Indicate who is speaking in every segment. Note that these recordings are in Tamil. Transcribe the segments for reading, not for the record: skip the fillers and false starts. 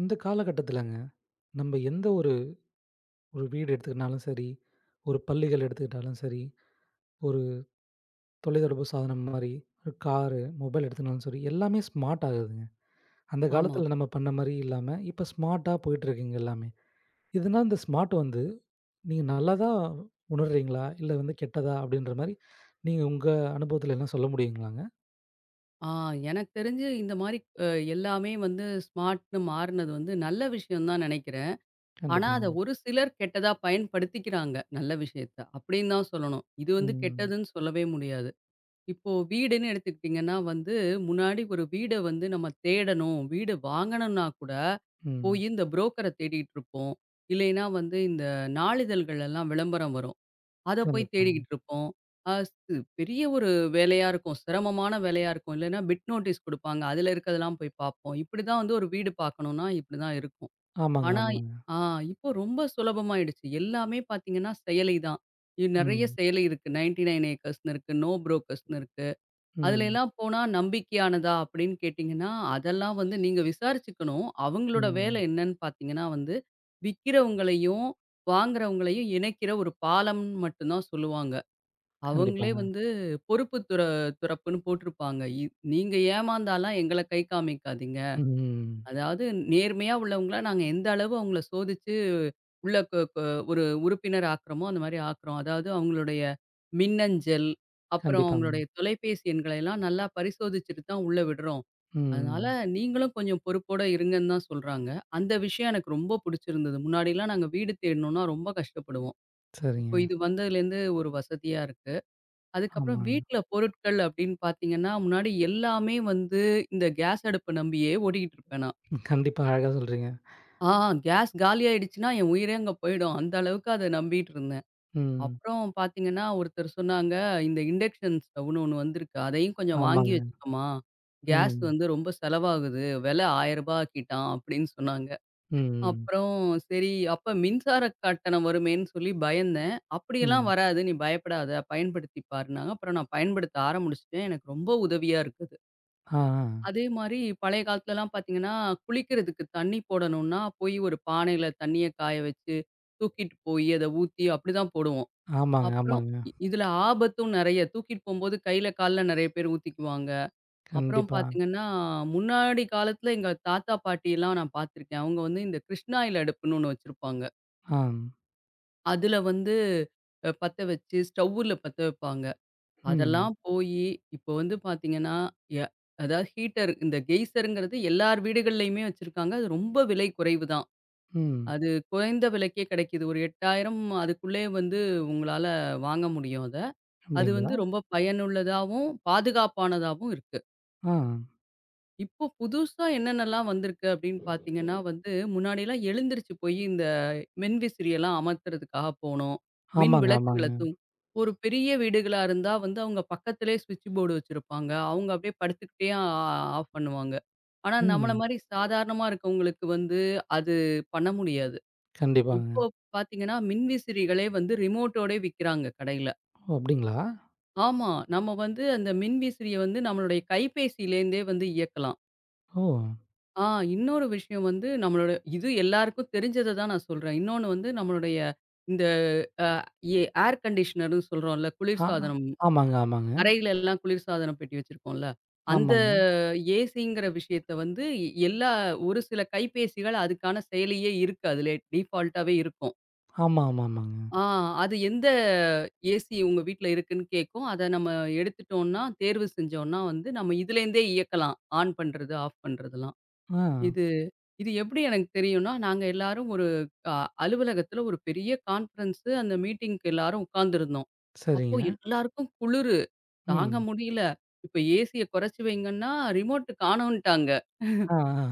Speaker 1: இந்த காலகட்டத்திலங்க, நம்ம எந்த ஒரு ஒரு வீடு எடுத்துக்கிட்டாலும் சரி, ஒரு பள்ளிகள் எடுத்துக்கிட்டாலும் சரி, ஒரு தொலைத்தொடர்பு சாதனம் மாரி, ஒரு காரு, மொபைல் எடுத்துக்கிட்டாலும் சரி, எல்லாமே ஸ்மார்ட் ஆகுதுங்க. அந்த
Speaker 2: ஆமா.
Speaker 1: காலத்தில நம்ம பண்ண மாரி இல்லாம, இப்ப ஸ்மார்ட்டா போயிட்டுருக்குங்க எல்லாமே. இதனால இந்த ஸ்மார்ட் வந்து, நீங்க நல்லதா உணர்றீங்களா? இல்ல வந்து கெட்டதா? அப்படின்ற மாரி, நீங்க உங்க அனுபவத்தில எதுனா சொல்ல முடியுங்களாங்க?
Speaker 2: ஆ எனக்கு தெரிஞ்சு இந்த மாரி அ எல்லாமே வந்து ஸ்மார்ட்ன்னு மாறுனது வந்து நல்ல விஷயம் தான் நெனைக்கிறேன். ஆனா, அத
Speaker 1: கண்டிப்பாங்க.
Speaker 2: ஒரு சிலர் கெட்டதா பயன்படுத்திக்கிறாங்க, நல்ல விஷயத்த. அப்படின்னு தான் சொல்லணும். இது வந்து
Speaker 1: ம்.
Speaker 2: கெட்டதுன்னு சொல்லவே முடியாது. இப்போ வீடுன்னு எடுத்துக்கிட்டிங்கன்னா வந்து, முன்னாடி ஒரு வீட வந்து நம்ம தேடணும், வீடு வாங்கணும்னா கூட
Speaker 1: ம்.
Speaker 2: போயி இந்த புரோக்கர தேடிட்டு இருப்போம். இல்லைன்னா வந்து இந்த நாளிதழ்கள் எல்லாம் விளம்பரம் வரும். அத போய்
Speaker 1: கண்டிப்பாங்க.
Speaker 2: தேடிக்கிட்டு இருப்போம். அ ஸ் பெரிய ஒரு வேலையா இருக்கும். சிரமமான வேலையா இருக்கும். இல்லன்னா பிட் நோட்டீஸ் குடுப்பாங்க. அதுல இருக்கதெல்லாம் போய் பார்ப்போம். இப்படிதான் வந்து ஒரு வீடு பார்க்கணும்னா இப்படிதான் இருக்கும்.
Speaker 1: ஆமாங்க,
Speaker 2: ஆனா
Speaker 1: ஆமாங்க.
Speaker 2: ஆ இப்போ ரொம்ப சுலபமாயிடுச்சு. எல்லாமே பார்த்தீங்கன்னா செயலி தான். நெறைய
Speaker 1: ம்.
Speaker 2: செயலி இருக்கு. 99 ஏக்கர்ஸ்ன்னு இருக்கு. நோ புரோக்கர்ஸ்ன்னு இருக்கு. அதுல
Speaker 1: ம்.
Speaker 2: எல்லாம் போனா நம்பிக்கையானதா அப்படின்னு கேட்டிங்கன்னா, அதெல்லாம் வந்து நீங்க விசாரிச்சுக்கணும். அவங்களோட வேலை
Speaker 1: ம்.
Speaker 2: என்னன்னு பார்த்தீங்கன்னா வந்து, விக்கிறவங்களையும், வாங்குறவங்களையும் இணைக்கிற ஒரு பாலம்ன்னு மட்டும் தான் சொல்லுவாங்க. அவங்களே
Speaker 1: கண்டிப்பாங்க.
Speaker 2: வந்து பொறுப்பு துறப்புன்னு போட்டிருப்பாங்க. நீங்க ஏமாந்தாலாம் எங்கள கை காமிக்காதீங்க.
Speaker 1: ம். ம்.
Speaker 2: அதாவது நேர்மையா உள்ளவங்கள நாங்க எந்த அளவு அவங்கள சோதிச்சு உள்ள கொ கொ ஒரு உறுப்பினர் ஆக்குறோமோ, அந்த மாரி ஆக்குறோம். அதாவது அவங்களுடைய மின்னஞ்சல், அப்புறம்
Speaker 1: கண்டிப்பாங்க.
Speaker 2: அவங்களுடைய தொலைபேசி எண்கள எல்லாம் நல்லா பரிசோதிச்சுட்டு தான் உள்ள விடுறோம். அதனால
Speaker 1: ம்.
Speaker 2: நீங்களும் கொஞ்சம் பொறுப்போட இருங்கன்னு தான் சொல்றாங்க. அந்த விஷயம் எனக்கு ரொம்ப புடிச்சிருந்தது. முன்னாடிலாம் நாங்க வீடு தேடணும்னா ரொம்ப கஷ்டப்படுவோம். இப்போ
Speaker 1: சரிங்க.
Speaker 2: இது வந்ததுலேருந்து ஒரு வசதியா இருக்கு. அதுக்கப்புறம்
Speaker 1: ஆமாங்க.
Speaker 2: வீட்ல பொருட்கள் அப்படின்னு பார்த்தீங்கன்னா, முன்னாடி எல்லாமே வந்து இந்த கேஸ் அடுப்ப நம்பியே ஓடிக்கிட்டு இருப்பேன் நான்.
Speaker 1: ம். கண்டிப்பா அழகா சொல்றீங்க.
Speaker 2: ஆ கேஸ் காலி ஆயிடுச்சுன்னா, என் உயிரே அங்க போயிடும். அந்த அளவுக்கு அத நம்பிட்டு இருந்தேன்.
Speaker 1: ம்.
Speaker 2: அப்புறம் பார்த்தீங்கன்னா, ஒருத்தர் சொன்னாங்க, "இந்த இண்டக்ஷன் ஸ்டவ்ன்னு ஒண்ணு வந்திருக்கு. அதையும் கொஞ்சம் வாங்கி
Speaker 1: ஆமாங்க.
Speaker 2: வச்சுக்கம்மா. கேஸ்
Speaker 1: ம்.
Speaker 2: வந்து ரொம்ப செலவாகுது. விலை ரூ. 1000 ஆக்கிட்டான்" அப்படின்னு சொன்னாங்க.
Speaker 1: ம்.
Speaker 2: அப்புறம் சரி, அப்ப மின்சார கட்டணம் வருமேன்னு சொல்லி பயந்தேன். "அப்படியெல்லாம்
Speaker 1: ம்.
Speaker 2: வராது. நீ பயப்படாத. பயன்படுத்தி பாருன்னாங்க." அப்புறம் நான் பயன்படுத்த ஆரம்பிச்சுட்டேன். எனக்கு ரொம்ப உதவியா இருக்குது.
Speaker 1: ஆ, ஆ.
Speaker 2: அதே மாரி பழைய காலத்துலலாம் பார்த்தீங்கன்னா, குளிக்கிறதுக்கு தண்ணி போடணும்னா, போய் ஒரு பானையில தண்ணிய காய வச்சு, தூக்கிட்டு போய் அத ஊத்தி அப்படிதான் போடுவோம்.
Speaker 1: ஆமாங்க,
Speaker 2: அப்புறம்
Speaker 1: ஆமாங்க.
Speaker 2: இதுல ஆபத்தும் நெறைய. தூக்கிட்டு போம்போது கையில, கால்ல நெறைய பேர் ஊத்திக்குவாங்க. அப்புறம்
Speaker 1: கண்டிப்பா.
Speaker 2: பார்த்தீங்கன்னா, முன்னாடி காலத்துல எங்க தாத்தா, பாட்டிலாம் நான் பார்த்துருக்கேன். அவங்க வந்து இந்த கிருஷ்ணாயில் அடுப்புன்னு ஒண்ணு வச்சிருப்பாங்க.
Speaker 1: ஆ.
Speaker 2: அதுல வந்து பத்த வச்சு, ஸ்டவ்வுல பத்த வைப்பாங்க.
Speaker 1: ம்.
Speaker 2: அதெல்லாம் போயி, இப்போ வந்து பார்த்தீங்கன்னா, ய அதாவது ஹீட்டர் இந்த கெய்சர்ங்கிறது எல்லார் வீடுகள்லயுமே வச்சிருக்காங்க. அது ரொம்ப விலை குறைவு தான்.
Speaker 1: ம்.
Speaker 2: அது குறைந்த விலைக்கே கிடைக்குது. ஒரு 8000 அதுக்குள்ளே வந்து உங்களால வாங்க முடியும் அத. அது வந்து
Speaker 1: அப்படிங்களா?
Speaker 2: ரொம்ப பயனுள்ளதாவும், பாதுகாப்பானதாவும் இருக்கு.
Speaker 1: ஆ.
Speaker 2: இப்போ புதுசா என்னென்னலாம் வந்திருக்கு அப்படின்னு பார்த்தீங்கன்னா வந்து, முன்னாடிலாம் எழுந்திரிச்சு போய் இந்த மின்விசிறியெல்லாம் அமர்த்துறதுக்காக போணும். மின்
Speaker 1: ஆமாங்க,
Speaker 2: விளக்குகள
Speaker 1: ஆமாங்க.
Speaker 2: ஒரு பெரிய வீடுகளா இருந்தா வந்து அவங்க பக்கத்திலேயே ஸ்விட்ச் போர்டு வச்சிருப்பாங்க. அவங்க அப்படியே படுத்துக்கிட்டே ஆஃப் பண்ணுவாங்க. ஆனா நம்மள
Speaker 1: ம்.
Speaker 2: மாரி சாதாரணமா இருக்கவங்களுக்கு வந்து அது பண்ண முடியாது.
Speaker 1: கண்டிப்பாங்க.
Speaker 2: இப்போ பார்த்தீங்கன்னா, மின்விசிறிகளே வந்து ரிமோட்டோடயே விக்கிறாங்க கடையில.
Speaker 1: ஓ! அப்படிங்களா?
Speaker 2: ஆமா. நம்ம வந்து அந்த மின்விசிறிய வந்து நம்மளுடைய கைபேசியிலேருந்தே வந்து இயக்கலாம்.
Speaker 1: ஓ!
Speaker 2: ஆ இன்னொரு விஷயம் வந்து நம்மளோட இது எல்லாருக்கும் தெரிஞ்சத தான் நான் சொல்றேன். இன்னொன்னு வந்து நம்மளுடைய இந்த அ ஏ ஏர் கண்டிஷனர்ன்னு சொல்றோம்ல,
Speaker 1: ஆ, ஆ.
Speaker 2: குளிர்சாதனம்.
Speaker 1: ஆமாங்க, ஆமாங்க.
Speaker 2: அறையில எல்லாம் குளிர்சாதன பெட்டி வச்சிருக்கோம்ல, அந்த
Speaker 1: ஆமாங்க.
Speaker 2: ஏசிங்கிற விஷயத்த வந்து எல்லா ஒரு சில கைபேசிகள் அதுக்கான செயலியே இருக்கு. அதிலே டிஃபால்ட்டாவே இருக்கும்.
Speaker 1: ஆமா, ஆமா, ஆமாங்க.
Speaker 2: ஆ அது எந்த ஏசி உங்க வீட்ல இருக்குன்னு கேட்கும். அத நம்ம எடுத்துட்டோம்னா, தேர்வு செஞ்சோம்னா வந்து நம்ம இதுலேருந்தே இயக்கலாம். ஆன் பண்றது, ஆஃப் பண்றதெல்லாம்.
Speaker 1: ஆ.
Speaker 2: இது இது எப்படி எனக்கு தெரியும்னா, நாங்க எல்லாரும் ஒரு அ அலுவலகத்துல ஒரு பெரிய கான்ஃபரன்ஸு அந்த மீட்டிங்க்கு எல்லாரும் உட்கார்ந்திருந்தோம். அப்போ
Speaker 1: சரிங்க.
Speaker 2: எல்லாருக்கும் குளிரு தாங்க
Speaker 1: ம்.
Speaker 2: முடியல. இப்ப ஏசிய குறைச்சு வைங்கன்னா, ரிமோட் காணோன்ட்டாங்க.
Speaker 1: ஆ, ஆ.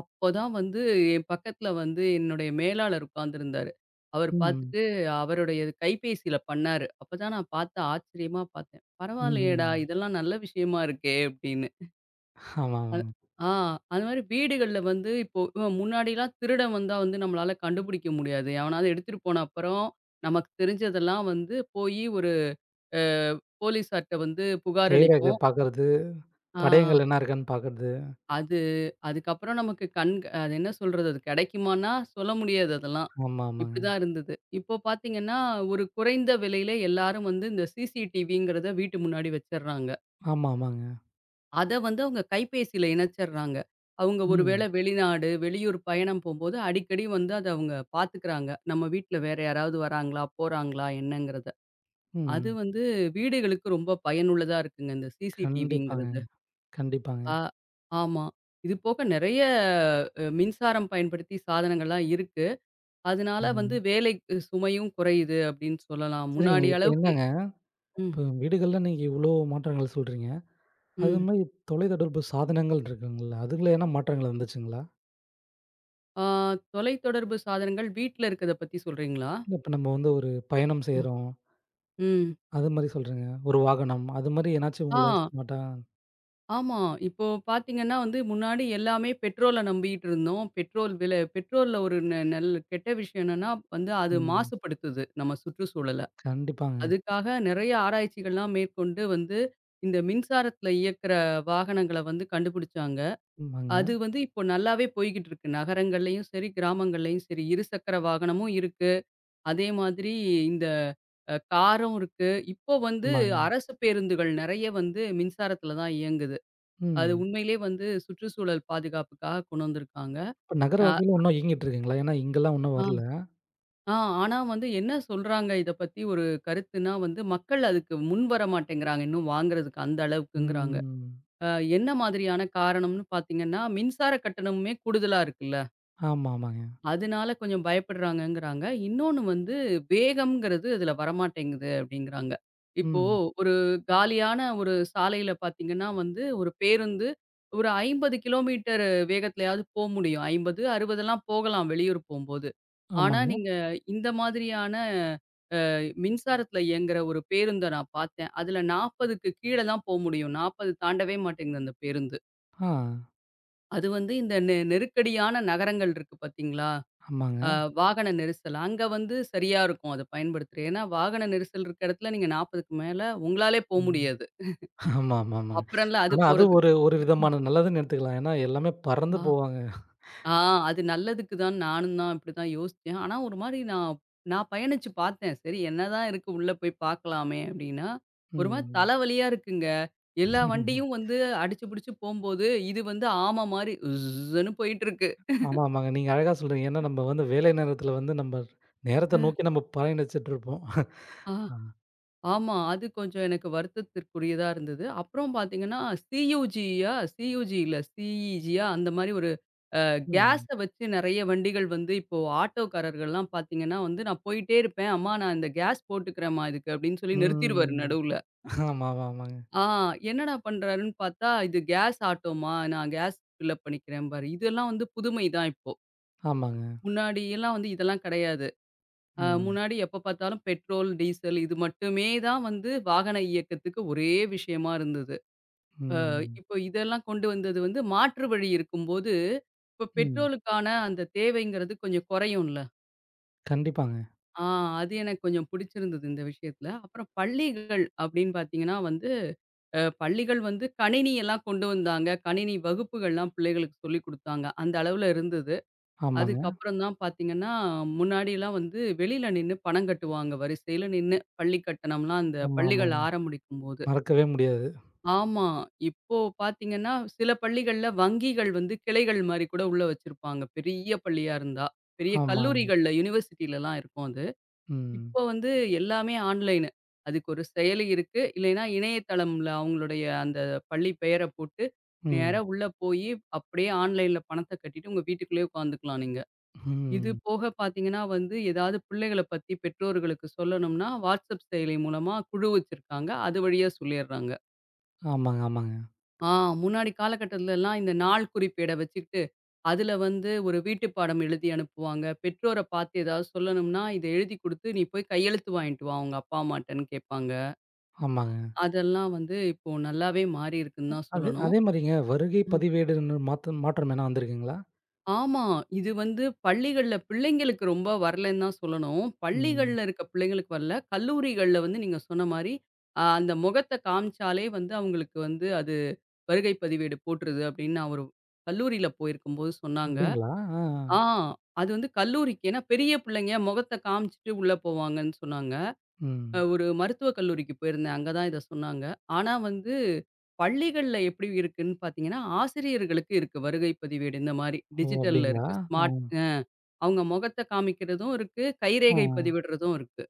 Speaker 2: அப்பதான் வந்து என் பக்கத்துல வந்து என்னுடைய மேலாளர் உட்கார்ந்திருந்தாரு. அவர்
Speaker 1: ம்.
Speaker 2: பார்த்துட்டு அவருடைய கைபேசியில பண்ணாரு. அப்பதான் நான் பார்த்து ஆச்சரியமா பார்த்தேன். "பரவாயில்லையேடா!
Speaker 1: ம்.
Speaker 2: இதெல்லாம் நல்ல விஷயமா இருக்கே!" அப்படின்னு.
Speaker 1: ஆமா,
Speaker 2: அது
Speaker 1: ஆமாங்க.
Speaker 2: ஆ அது மாரி வீடுகள்ல வந்து இப்போ முன்னாடிலாம் திருடன் வந்தா வந்து நம்மளால கண்டுபிடிக்க முடியாது. எவனாவது எடுத்துட்டு போன அப்புறம், நமக்கு தெரிஞ்சதெல்லாம் வந்து போயி ஒரு அ போலீஸார்ட்ட வந்து புகார்
Speaker 1: கைரேகை
Speaker 2: அளிப்போம்.
Speaker 1: பார்க்கறது
Speaker 2: ஆ
Speaker 1: தடயங்கள் என்ன இருக்குன்னு பார்க்குறது.
Speaker 2: அது அதுக்கப்புறம் நமக்கு அது என்ன சொல்றது? அது கிடைக்குமான்னா சொல்ல முடியாது அதெல்லாம்.
Speaker 1: ஆமா, ஆமாங்க.
Speaker 2: இப்படிதான் இருந்தது. இப்போ பார்த்தீங்கன்னா, ஒரு குறைந்த விலையில எல்லாரும் வந்து இந்த சிசிடிவிங்கிறத வீட்டு முன்னாடி வச்சர்றாங்க.
Speaker 1: ஆமா, ஆமாங்க.
Speaker 2: அத வந்து அவங்க கைபேசியில இணைச்சர்றாங்க. அவங்க ஒருவேளை
Speaker 1: ம்,
Speaker 2: வெளிநாடு, வெளியூர் பயணம் போம்போது அடிக்கடி வந்து அத அவங்க பார்த்துக்கிறாங்க. நம்ம வீட்ல வேற யாராவது வராங்களா, போறாங்களா என்னங்கிறத. அது
Speaker 1: ம்.
Speaker 2: வந்து வீடுகளுக்கு ரொம்ப பயனுள்ளதா இருக்குங்க இந்த
Speaker 1: கண்டிப்பாங்க,
Speaker 2: சிசிடிவிங்கிறது. ஆ
Speaker 1: கண்டிப்பாங்க.
Speaker 2: ஆமா. இது போக நெறைய மின்சாரம் பயன்படுத்தி சாதனங்கள்லாம் இருக்கு. அதனால வந்து
Speaker 1: ம்.
Speaker 2: வேலைக்கு சுமையும் குறையுது அப்படின்னு சொல்லலாம்.
Speaker 1: சரிங்க.
Speaker 2: முன்னாடி
Speaker 1: இப்ப
Speaker 2: அளவுக்கு
Speaker 1: என்னங்க,
Speaker 2: ம்,
Speaker 1: இப்ப வீடுகள்ல நீங்க இவ்ளோ மாற்றங்கள் சொல்றீங்க. அது
Speaker 2: ம்.
Speaker 1: மாரி தொலைத்தொடர்பு சாதனங்கள் இருக்குங்கல்ல, அதுல எதனா மாற்றங்கள் வந்துச்சுங்களா?
Speaker 2: ஆ தொலைத்தொடர்பு சாதனங்கள் வீட்ல இருக்கத பத்தி சொல்றீங்களா?
Speaker 1: இல்ல இப்ப நம்ம வந்து ஒரு பயணம்
Speaker 2: ம்,
Speaker 1: செய்றோம்,
Speaker 2: ம்.
Speaker 1: அது மாரி சொல்றேங்க. ஒரு வாகனம், அது மாரி எதனாச்சும் உங்கள
Speaker 2: ஆ.
Speaker 1: ஸ்மார்ட்டா
Speaker 2: ஆமா. இப்போ பார்த்தீங்கன்னா வந்து, முன்னாடி எல்லாமே பெட்ரோல நம்பிக்கிட்டு இருந்தோம். பெட்ரோல் விலை பெட்ரோல்ல ஒரு ந நல் கெட்ட விஷயம் என்னன்னா, வந்து அது
Speaker 1: ம்.
Speaker 2: மாசுபடுத்துது நம்ம சுற்றுச்சூழல.
Speaker 1: கண்டிப்பாங்க.
Speaker 2: அதுக்காக நெறைய ஆராய்ச்சிகள்லாம் மேற்கொண்டு வந்து, இந்த மின்சாரத்தில இயக்கிற வாகனங்கள வந்து கண்டுபிடிச்சாங்க.
Speaker 1: ஆமாங்க,
Speaker 2: அது வந்து இப்போ நல்லாவே போய்க்கிட்டு இருக்கு. நகரங்கள்லயும் சரி, கிராமங்கள்லயும் சரி. இருசக்கர வாகனமும் இருக்கு. அதே மாதிரி இந்த காரும் இருக்கு. இப்போ வந்து
Speaker 1: ஆமாங்க.
Speaker 2: அரசு பேருந்துகள் நெறைய வந்து மின்சாரத்தில தான் இயங்குது. அது
Speaker 1: ம்.
Speaker 2: உண்மையிலே வந்து சுற்றுச்சூழல் பாதுகாப்புக்காக கொண்டு வந்திருக்காங்க.
Speaker 1: இப்ப நகர
Speaker 2: அ
Speaker 1: வாழ்க்கையில இன்னும் இயங்கிட்டு இருக்குங்களா? ஏன்னா இங்கலாம் இன்னும்
Speaker 2: ஆ
Speaker 1: வரல.
Speaker 2: ஆ ஆனா வந்து என்ன சொல்றாங்க இத பத்தி ஒரு கருத்துன்னா வந்து, மக்கள் அதுக்கு முன் வர மாட்டேங்கிறாங்க, இன்னும் வாங்குறதுக்கு அந்த அளவுக்குங்கிறாங்க.
Speaker 1: ம்.
Speaker 2: அ என்ன மாதிரியான காரணம்னு பார்த்தீங்கன்னா, மின்சார கட்டணமுமே கூடுதலா இருக்குல்ல?
Speaker 1: ஆமா, ஆமாங்க.
Speaker 2: அதனால கொஞ்சம் பயப்படுறாங்கங்கிறாங்க. இன்னொன்னு வந்து வேகம்ங்கிறது இதுல வரமாட்டேங்குது அப்படிங்கிறாங்க. இப்போ
Speaker 1: ம்.
Speaker 2: ஒரு காலியான ஒரு சாலையில பார்த்தீங்கன்னா வந்து, ஒரு பேருந்து ஒரு 50 கிலோமீட்டர் வேகத்திலயாவது போ முடியும். 50, 60லாம் போகலாம் வெளியூர் போம்போது. ஆனா
Speaker 1: ஆமாங்க.
Speaker 2: நீங்க இந்த மாதிரியான மின்சாரத்துல இயங்குற ஒரு பேருந்த நான் பார்த்தேன். அதுல 40க்கு கீழ தான் போ முடியும். 40 தாண்டவே மாட்டேங்குது அந்த பேருந்து.
Speaker 1: ஆ,
Speaker 2: அது வந்து இந்த நெருக்கடியான நகரங்கள் இருக்கு பார்த்தீங்களா?
Speaker 1: ஆமாங்க.
Speaker 2: அ வாகன நெரிசல். அங்க வந்து சரியா இருக்கும் அத பயன்படுத்துறது. ஏன்னா, வாகன நெரிசல் இருக்க இடத்துல நீங்க 40க்கு மேல உங்களாலே போ
Speaker 1: ம்.
Speaker 2: முடியாது.
Speaker 1: ஆமா, ஆமா, ஆமாங்க.
Speaker 2: அப்புறம்ல அது
Speaker 1: ஆனா அது ஒரு
Speaker 2: போறதுக்கு.
Speaker 1: ஒரு விதமான நல்லதுன்னு எடுத்துக்கலாம். ஏன்னா எல்லாமே பறந்து
Speaker 2: ஆ.
Speaker 1: போவாங்க.
Speaker 2: ஆ அது நல்லதுக்கு தான் நானும் தான் இப்படிதான் யோசிச்சேன். ஆனா ஒரு மாரி நான் நான் பயணிச்சு பார்த்தேன். சரி என்னதான் இருக்கு உள்ள போய் பார்க்கலாமே அப்படின்னா, ஒரு மாரி
Speaker 1: ம்.
Speaker 2: தலைவலியா இருக்குங்க. எல்லா வண்டியும் வந்து அடிச்சு புடிச்சு போம்போது, இது வந்து ஆமை மாரி ஸுன்னு போயிட்டு இருக்கு.
Speaker 1: ஆமா, ஆமாங்க. நீங்க அழகா சொல்றீங்க. ஏன்னா நம்ம வந்து வேலை நேரத்தில வந்து நம்ம நேரத்த நோக்கி நம்ம பயணிச்சுட்டு இருப்போம்.
Speaker 2: அ.
Speaker 1: ஆ.
Speaker 2: ஆமா. அது கொஞ்சம் எனக்கு வருத்தத்திற்குரியதா இருந்தது. அப்புறம் பார்த்தீங்கன்னா, சியுஜியா சியுஜி இல்ல சிஇஜியா அந்த மாரி ஒரு அ கேஸ
Speaker 1: ம்.
Speaker 2: வச்சு நெறைய வண்டிகள் வந்து இப்போ ஆட்டோக்காரர்கள்லாம் பார்த்தீங்கன்னா வந்து, நான் போயிட்டே இருப்பேன். "அம்மா நான் இந்த கேஸ் போட்டுக்கிறேன்ம்மா இதுக்கு" அப்படின்னு சொல்லி நிறுத்திருவாரு
Speaker 1: ம்.
Speaker 2: நடுவுல.
Speaker 1: ஆமா, ஆமா, ஆமாங்க.
Speaker 2: ஆ என்னடா பண்றாருன்னு பார்த்தா, "இது கேஸ் ஆட்டோம்மா, நான் கேஸ் ஃபில் அப் பண்ணிக்கிறேன்பாரு." இதெல்லாம் வந்து புதுமை தான் இப்போ.
Speaker 1: ஆமாங்க.
Speaker 2: முன்னாடியெல்லாம் வந்து இதெல்லாம் கிடையாது.
Speaker 1: ம்.
Speaker 2: முன்னாடி எப்ப பார்த்தாலும் பெட்ரோல், டீசல் இது மட்டுமே தான் வந்து வாகன இயக்கத்துக்கு ஒரே விஷயமா இருந்தது. அ
Speaker 1: ம்.
Speaker 2: இப்போ இதெல்லாம் கொண்டு வந்தது வந்து மாற்று வழி இருக்கும்போது, இப்ப
Speaker 1: ம்.
Speaker 2: பெட்ரோலுக்கான அந்த தேவைங்கிறது கொஞ்சம் குறையும்ல.
Speaker 1: கண்டிப்பாங்க.
Speaker 2: ஆ அது எனக்கு கொஞ்சம் பிடிச்சிருந்தது இந்த விஷயத்துல. அப்புறம் பள்ளிகள் அப்படின்னு பார்த்தீங்கன்னா வந்து, பள்ளிகள் வந்து கணினி எல்லாம் கொண்டு வந்தாங்க. கணினி வகுப்புகள்லாம் பிள்ளைகளுக்கு சொல்லிக் குடுத்தாங்க. அந்த அளவுல இருந்தது.
Speaker 1: ஆமாங்க.
Speaker 2: அதுக்கப்புறம் தான் பார்த்தீங்கன்னா, முன்னாடிலாம் வந்து வெளியில நின்னு பணம் கட்டுவாங்க. வரிசையில நின்னு பள்ளி கட்டணம்லாம் அந்த
Speaker 1: ஆமா,
Speaker 2: பள்ளிகள்
Speaker 1: ஆமாங்க.
Speaker 2: ஆரம்பிக்கும்போது.
Speaker 1: மறக்கவே முடியாது.
Speaker 2: ஆமா. இப்போ பார்த்தீங்கன்னா, சில பள்ளிகள்ல வங்கிகள் வந்து கிளைகள் மாரி கூட உள்ள வச்சிருப்பாங்க. பெரிய பள்ளியா இருந்தா. பெரிய
Speaker 1: ஆமா.
Speaker 2: கல்லூரிகள்ல, யூனிவர்சிட்டிலலாம் இருக்கும் அது.
Speaker 1: ம்.
Speaker 2: இப்போ வந்து எல்லாமே ஆன்லைனு. அதுக்கு ஒரு செயலி இருக்கு. இல்லைன்னா இணையதளம்ல அவங்களுடைய அந்த பள்ளி பெயர போட்டு, நேரா
Speaker 1: ம்.
Speaker 2: உள்ள போயி, அப்படியே ஆன்லைன்ல பணத்த கட்டிட்டு உங்க வீட்டுக்குள்ளேயே உட்காந்துக்கலாம் நீங்க. இது
Speaker 1: ம்.
Speaker 2: போக பார்த்தீங்கன்னா வந்து, ஏதாவது பிள்ளைகள பத்தி பெற்றோர்களுக்கு சொல்லணும்னா, WhatsApp செயலி மூலமா குழு வச்சிருக்காங்க. அது வழியா சொல்லிர்றாங்க.
Speaker 1: ஆமாங்க, ஆமாங்க.
Speaker 2: ஆ முன்னாடி காலகட்டத்துலலாம் இந்த நாள் குறிப்பேட வச்சுக்கிட்டு, அதுல வந்து ஒரு வீட்டு பாடம் எழுதி அனுப்புவாங்க. பெற்றோர பார்த்து ஏதாவது சொல்லணும்னா, இத எழுதி குடுத்து, "நீ போய் கையெழுத்து வாங்கிட்டு வா, உங்க அப்பா அம்மாட்டன்னு" கேட்பாங்க.
Speaker 1: ஆமாங்க.
Speaker 2: அதெல்லாம் வந்து இப்போ நல்லாவே மாறியிருக்குன்னு தான்
Speaker 1: அது
Speaker 2: சொல்லணும்.
Speaker 1: அதே மாரிங்க வருகை பதிவேடுன்னு மாத்த மாற்றம் எதுனா வந்திருக்குங்களா?
Speaker 2: ஆமா. இது வந்து பள்ளிகள்ல பிள்ளைங்களுக்கு ரொம்ப வரலன்னு தான் சொல்லணும்.
Speaker 1: ம்.
Speaker 2: பள்ளிகள்ல இருக்க பிள்ளைங்களுக்கு வரல. கல்லூரிகள்ல வந்து நீங்க சொன்ன மாரி, அந்த முகத்த காமிச்சாலே வந்து அவங்களுக்கு வந்து அது வருகை பதிவேடு போட்டுருது அப்படின்னு நான் ஒரு கல்லூரியில போயிருக்கும்போது சொன்னாங்க.
Speaker 1: அப்டிங்களா? ஆ.
Speaker 2: ஆ அது வந்து கல்லூரிக்கு ஏன்னா பெரிய பிள்ளைங்க முகத்த காமிச்சுட்டு உள்ள போவாங்கன்னு சொன்னாங்க.
Speaker 1: ம்.
Speaker 2: ஒரு மருத்துவக் கல்லூரிக்கு போயிருந்தேன். அங்க தான் இத சொன்னாங்க. ஆனா வந்து பள்ளிகள்ல எப்படி இருக்குன்னு பார்த்தீங்கன்னா, ஆசிரியர்களுக்கு இருக்கு வருகை பதிவேடு இந்த மாரி.
Speaker 1: ஓ!
Speaker 2: டிஜிட்டல்ல
Speaker 1: அப்டிங்களா?
Speaker 2: இருக்கு.
Speaker 1: ஆ.
Speaker 2: ஸ்மார்ட் அ அவங்க முகத்த காமிக்கிறதும் இருக்கு.
Speaker 1: ஆ.
Speaker 2: கைரேகை பதிவிடுறதும் இருக்கு.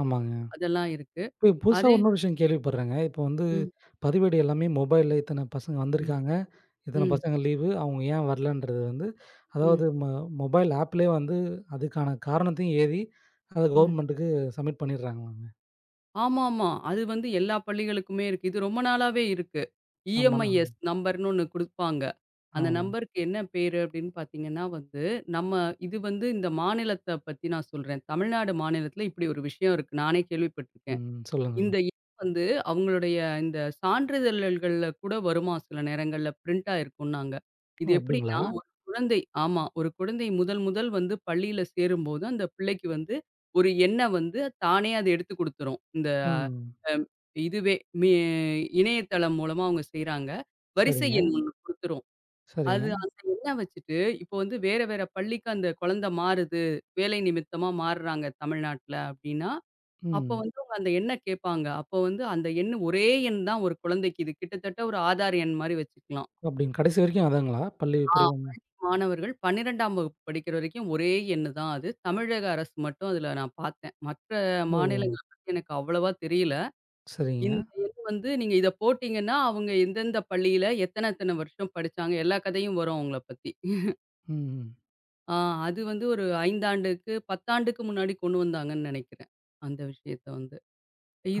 Speaker 1: ஆமாங்க.
Speaker 2: அதெல்லாம் இருக்கு.
Speaker 1: இப்ப புதுசா
Speaker 2: அதே
Speaker 1: இன்னொரு விஷயம் கேள்விப்படுறேங்க. இப்ப வந்து
Speaker 2: ம்,
Speaker 1: பதிவேடு எல்லாமே மொபைல்ல இத்தன பசங்க
Speaker 2: ம்,
Speaker 1: வந்திருக்காங்க, இத்தன
Speaker 2: ம்,
Speaker 1: பசங்க லீவு, அவங்க ஏன் வரலன்றது வந்து
Speaker 2: ம்,
Speaker 1: அதாவது மொபைல் ஆப்லயே வந்து அதுக்கான காரணத்தையும் ஏவி அத
Speaker 2: ம்.
Speaker 1: கவர்மெண்ட்டுக்கு சப்மிட் பண்ணிடுறாங்களாங்க.
Speaker 2: ஆமாமா. அது வந்து எல்லா பள்ளிகளுக்குமே இருக்கு. இது ரொம்ப நாளாவே இருக்கு.
Speaker 1: ஆமாண்ணா.
Speaker 2: இஎம்ஐஎஸ் நம்பர்ன்னு ஒண்ணு குடுப்பாங்க.
Speaker 1: ஆ.
Speaker 2: அந்த நம்பருக்கு என்ன பேரு அப்படின்னு பார்த்தீங்கன்னா வந்து, நம்ம இது வந்து இந்த மாநிலத்த பத்தி நான் சொல்றேன். தமிழ்நாடு மாநிலத்தில இப்படி ஒரு விஷயம் இருக்கு. நானே கேள்விப்பட்டுருக்கேன்.
Speaker 1: ம். சொல்லுங்க,
Speaker 2: இந்த
Speaker 1: சொல்லுங்க.
Speaker 2: எண் வந்து அவங்களுடைய இந்த சான்றிதழ்கள்ல கூட வருமா சில நேரங்கள்ல பிரிண்ட் ஆயிருக்கும்னாங்க. இது
Speaker 1: ஓ!
Speaker 2: எப்படின்னா
Speaker 1: அப்டிங்களா?
Speaker 2: ஓ! ஒரு குழந்தை ஆமா. ஒரு குழந்தை முதல் முதல் வந்து பள்ளியில சேரும்போது, அந்த பிள்ளைக்கு வந்து ஒரு எண்ண வந்து தானே அது எடுத்து குடுத்துரும். இந்த
Speaker 1: ம்.
Speaker 2: அம் இதுவே மே இணையதளம் மூலமா அவங்க செய்றாங்க. வரிசை
Speaker 1: சரிங்க,
Speaker 2: எண் ம். ஒண்ணு குடுத்துரும். அது
Speaker 1: சரிங்க.
Speaker 2: அந்த எண்ண வச்சுட்டு இப்போ வந்து வேற வேற பள்ளிக்கு அந்த குழந்தை மாறுது. வேலை நிமித்தமா மாறுறாங்க தமிழ்நாட்ல அப்படின்னா, அப்போ
Speaker 1: ம்.
Speaker 2: வந்து அவங்க அந்த எண்ண கேட்பாங்க. அப்போ வந்து அந்த எண் ஒரே எண் தான் ஒரு குழந்தைக்கு. இது கிட்டத்தட்ட ஒரு ஆதார் எண் மாரி வச்சுக்கலாம்.
Speaker 1: அப்படின்னு கடைசி வரைக்கும் அதாங்களா? பள்ளி
Speaker 2: ஆ
Speaker 1: பருவம்.
Speaker 2: மாணவர்கள் 12ஆம் வகுப்பு படிக்கிற வரைக்கும் ஒரே எண் தான் அது. தமிழக அரசு மட்டும் அதில நான் பார்த்தேன். மற்ற
Speaker 1: ஓ!
Speaker 2: மாநிலங்கள பத்தி எனக்கு அவ்வளவா தெரியல.
Speaker 1: சரிங்க.
Speaker 2: இந்த எண் வந்து நீங்க இத போட்டீங்கன்னா, அவங்க எந்தெந்த பள்ளியில எத்தன எத்தன வருஷம் படிச்சாங்க. எல்லா கதையும் வரும் அவங்கள பத்தி.
Speaker 1: ம்.
Speaker 2: ஆ அது வந்து ஒரு 5 ஆண்டுக்கு 10 ஆண்டுக்கு முன்னாடி கொண்டு வந்தாங்கன்னு நெனைக்கிறேன். அந்த விஷயத்த வந்து.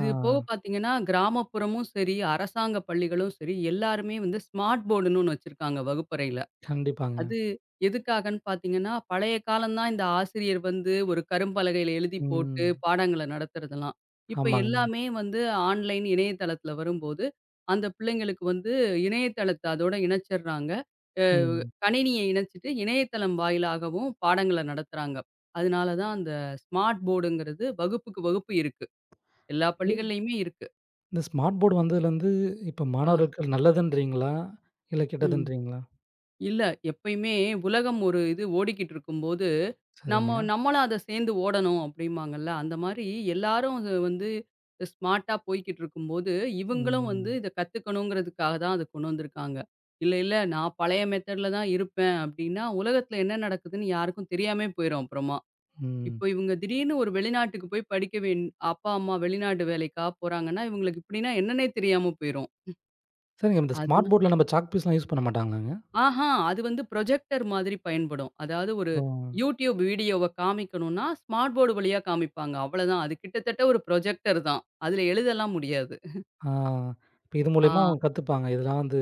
Speaker 1: ஆ,
Speaker 2: போக பார்த்தீங்கன்னா, கிராமப்புறமும் சரி, அரசாங்க பள்ளிகளும் சரி, எல்லாருமே வந்து ஸ்மார்ட் போர்டுன்னு ஒண்ணு வச்சிருக்காங்க வகுப்பறையில.
Speaker 1: கண்டிப்பாங்க.
Speaker 2: அது எதுக்காகன்னு பார்த்தீங்கன்னா, பழைய காலம் தான் இந்த ஆசிரியர் வந்து ஒரு கரும்பலகையில எழுதி போட்டு
Speaker 1: ம்.
Speaker 2: பாடங்கள நடத்துறதெல்லாம். இப்ப
Speaker 1: ஆமாங்க.
Speaker 2: எல்லாமே வந்து ஆன்லைன் இணையதளத்துல வரும்போது, அந்த பிள்ளைங்களுக்கு வந்து இணையதளத்த அதோட இணைச்சர்றாங்க. அ
Speaker 1: ம்.
Speaker 2: கணினிய இணைச்சுட்டு இணையதளம் வாயிலாகவும் பாடங்கள நடத்துறாங்க. அதனால தான் அந்த ஸ்மார்ட் போர்டுங்கிறது வகுப்புக்கு வகுப்பு இருக்கு. எல்லா
Speaker 1: இது
Speaker 2: பள்ளிகள்லயுமே இருக்கு.
Speaker 1: இந்த ஸ்மார்ட் போர்ட் வந்ததுலேருந்து இப்ப
Speaker 2: ஆ,
Speaker 1: மாணவர்கள் நல்லதுன்றீங்களா? இல்ல
Speaker 2: ம்.
Speaker 1: கெட்டதுன்றீங்களா?
Speaker 2: இல்ல எப்பயுமே உலகம் ஒரு இது ஓடிக்கிட்டு இருக்கும்போது, நம்ம
Speaker 1: சரிங்க.
Speaker 2: நம்மளும் அத சேர்ந்து ஓடணும் அப்படிம்பாங்கல்ல. அந்த மாரி எல்லாரும் அது வந்து ஸ்மார்ட்டா போய்க்கிட்டு இருக்கும்போது, இவங்களும் வந்து
Speaker 1: ம்.
Speaker 2: இத கத்துக்கணுங்கிறதுக்காக தான் அத கொண்டு வந்திருக்காங்க. இல்ல, இல்ல நான் பழைய மெத்தட்ல தான் இருப்பேன் அப்படின்னா, உலகத்துல என்ன நடக்குதுன்னு யாருக்கும் தெரியாமயே போயிரும் அப்புறமா.
Speaker 1: ம்.
Speaker 2: இப்போ இவங்க திடீர்னு ஒரு வெளிநாட்டுக்கு போய் படிக்க அப்பா, அம்மா வெளிநாடு வேலைக்காக போறாங்கன்னா, இவங்களுக்கு இப்படின்னா என்னன்னே தெரியாம போயிரும்.
Speaker 1: சரிங்க. இந்த ஸ்மார்ட்
Speaker 2: அதனா
Speaker 1: போர்ட்ல நம்ம சாக் பீஸ்லாம் யூஸ் பண்ண மாட்டாங்களாங்க?
Speaker 2: ஆஹா! அது வந்து ப்ரொஜெக்டர் மாதிரி பயன்படும். அதாவது ஒரு
Speaker 1: ஓ!
Speaker 2: YouTube வீடியோவ காமிக்கணும்னா, ஸ்மார்ட் போர்டு வழியா காமிப்பாங்க. அவ்வளதான். அது கிட்டத்தட்ட ஒரு ப்ரொஜெக்டர் தான். அதுல எழுதலாம் முடியாது.
Speaker 1: ஆ, இப்ப இது மூலியமா
Speaker 2: ஆ
Speaker 1: அவங்க கத்துப்பாங்க. இதெல்லாம் வந்து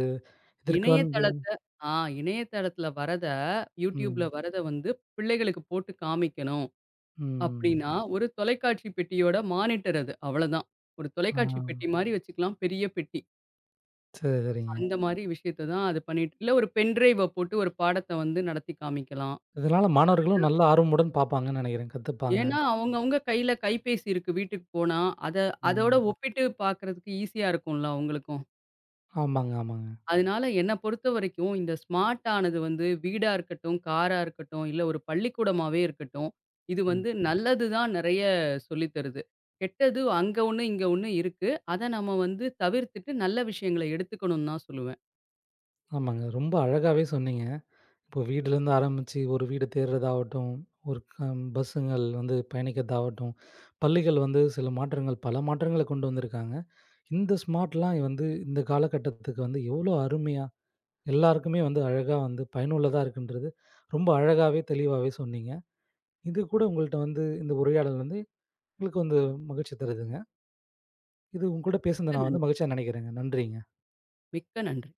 Speaker 1: இதற்கு வந்து
Speaker 2: இணையதளத்த ஆ இணையதளத்துல வரத YouTubeல
Speaker 1: ம்.
Speaker 2: வரத வந்து பிள்ளைகளுக்கு போட்டு காமிக்கணும்
Speaker 1: ம்.
Speaker 2: அப்டின்னா, ஒரு தொலைக்காட்சி பெட்டியோட மானிட்டர் அது. அவ்வளதான். ஒரு
Speaker 1: ஆ,
Speaker 2: தொலைக்காட்சி பெட்டி மாரி வச்சுக்கலாம். பெரிய பெட்டி.
Speaker 1: சரி, சரிங்க.
Speaker 2: அந்த மாரி விஷயத்த தான் அது பண்ணிட்டு இல்ல ஒரு பென் டிரைவ போட்டு ஒரு பாடத்த வந்து நடத்தி காமிக்கலாம்.
Speaker 1: இதனால மாணவர்களும் நல்ல ஆர்வமுடன் பார்ப்பாங்கன்னு நெனைக்கிறேன். கத்துப்பாங்க.
Speaker 2: ஏன்னா, அவங்கவங்க கையில கைபேசி இருக்கு வீட்டுக்கு போனா. அத அதோட
Speaker 1: ம்.
Speaker 2: ஒப்பிட்டு பார்க்குறதுக்கு ஈஸியா இருக்கும்ல அவங்களுக்கும்.
Speaker 1: ஆமாங்க, ஆமாங்க.
Speaker 2: அதனால என்ன பொறுத்தவரைக்கும் இந்த ஸ்மார்ட் ஆனது வந்து வீடா இருக்கட்டும், காரா இருக்கட்டும், இல்ல ஒரு பள்ளிக்கூடமாவே இருக்கட்டும், இது
Speaker 1: ம்.
Speaker 2: வந்து நல்லது தான் நெறைய சொல்லித் தருது. கெட்டது அங்க ஒண்ணு, இங்க ஒண்ணு இருக்கு. அத நம்ம வந்து தவிர்த்துட்டு நல்ல விஷயங்கள எடுத்துக்கணும்னு தான் சொல்லுவேன்.
Speaker 1: ஆமாங்க. ரொம்ப அழகாவே சொன்னீங்க. இப்போ வீடுலேருந்து ஆரம்பிச்சு ஒரு வீடு தேடுறதாகட்டும், ஒரு பஸ்ஸுங்கள் வந்து பயணிக்கிறதாகட்டும், பள்ளிகள் வந்து சில மாற்றங்கள் பல மாற்றங்கள கொண்டு வந்திருக்காங்க. இந்த ஸ்மார்ட்லாம் வந்து இந்த காலகட்டத்துக்கு வந்து எவ்வளோ அருமையா, எல்லாருக்குமே வந்து அழகா வந்து பயனுள்ளதா இருக்குன்றது ரொம்ப அழகாவே, தெளிவாவே சொன்னீங்க. இது கூட உங்கள்ட்ட வந்து இந்த உரையாடல் வந்து எங்களுக்கு வந்து மகிழ்ச்சி தருதுங்க. இது உங்க கூட
Speaker 2: மிக்க
Speaker 1: பேசுனத நான் வந்து
Speaker 2: நன்றி.
Speaker 1: மகிழ்ச்சியா நினைக்கிறேங்க. நன்றிங்க.
Speaker 2: மிக்க நன்றி.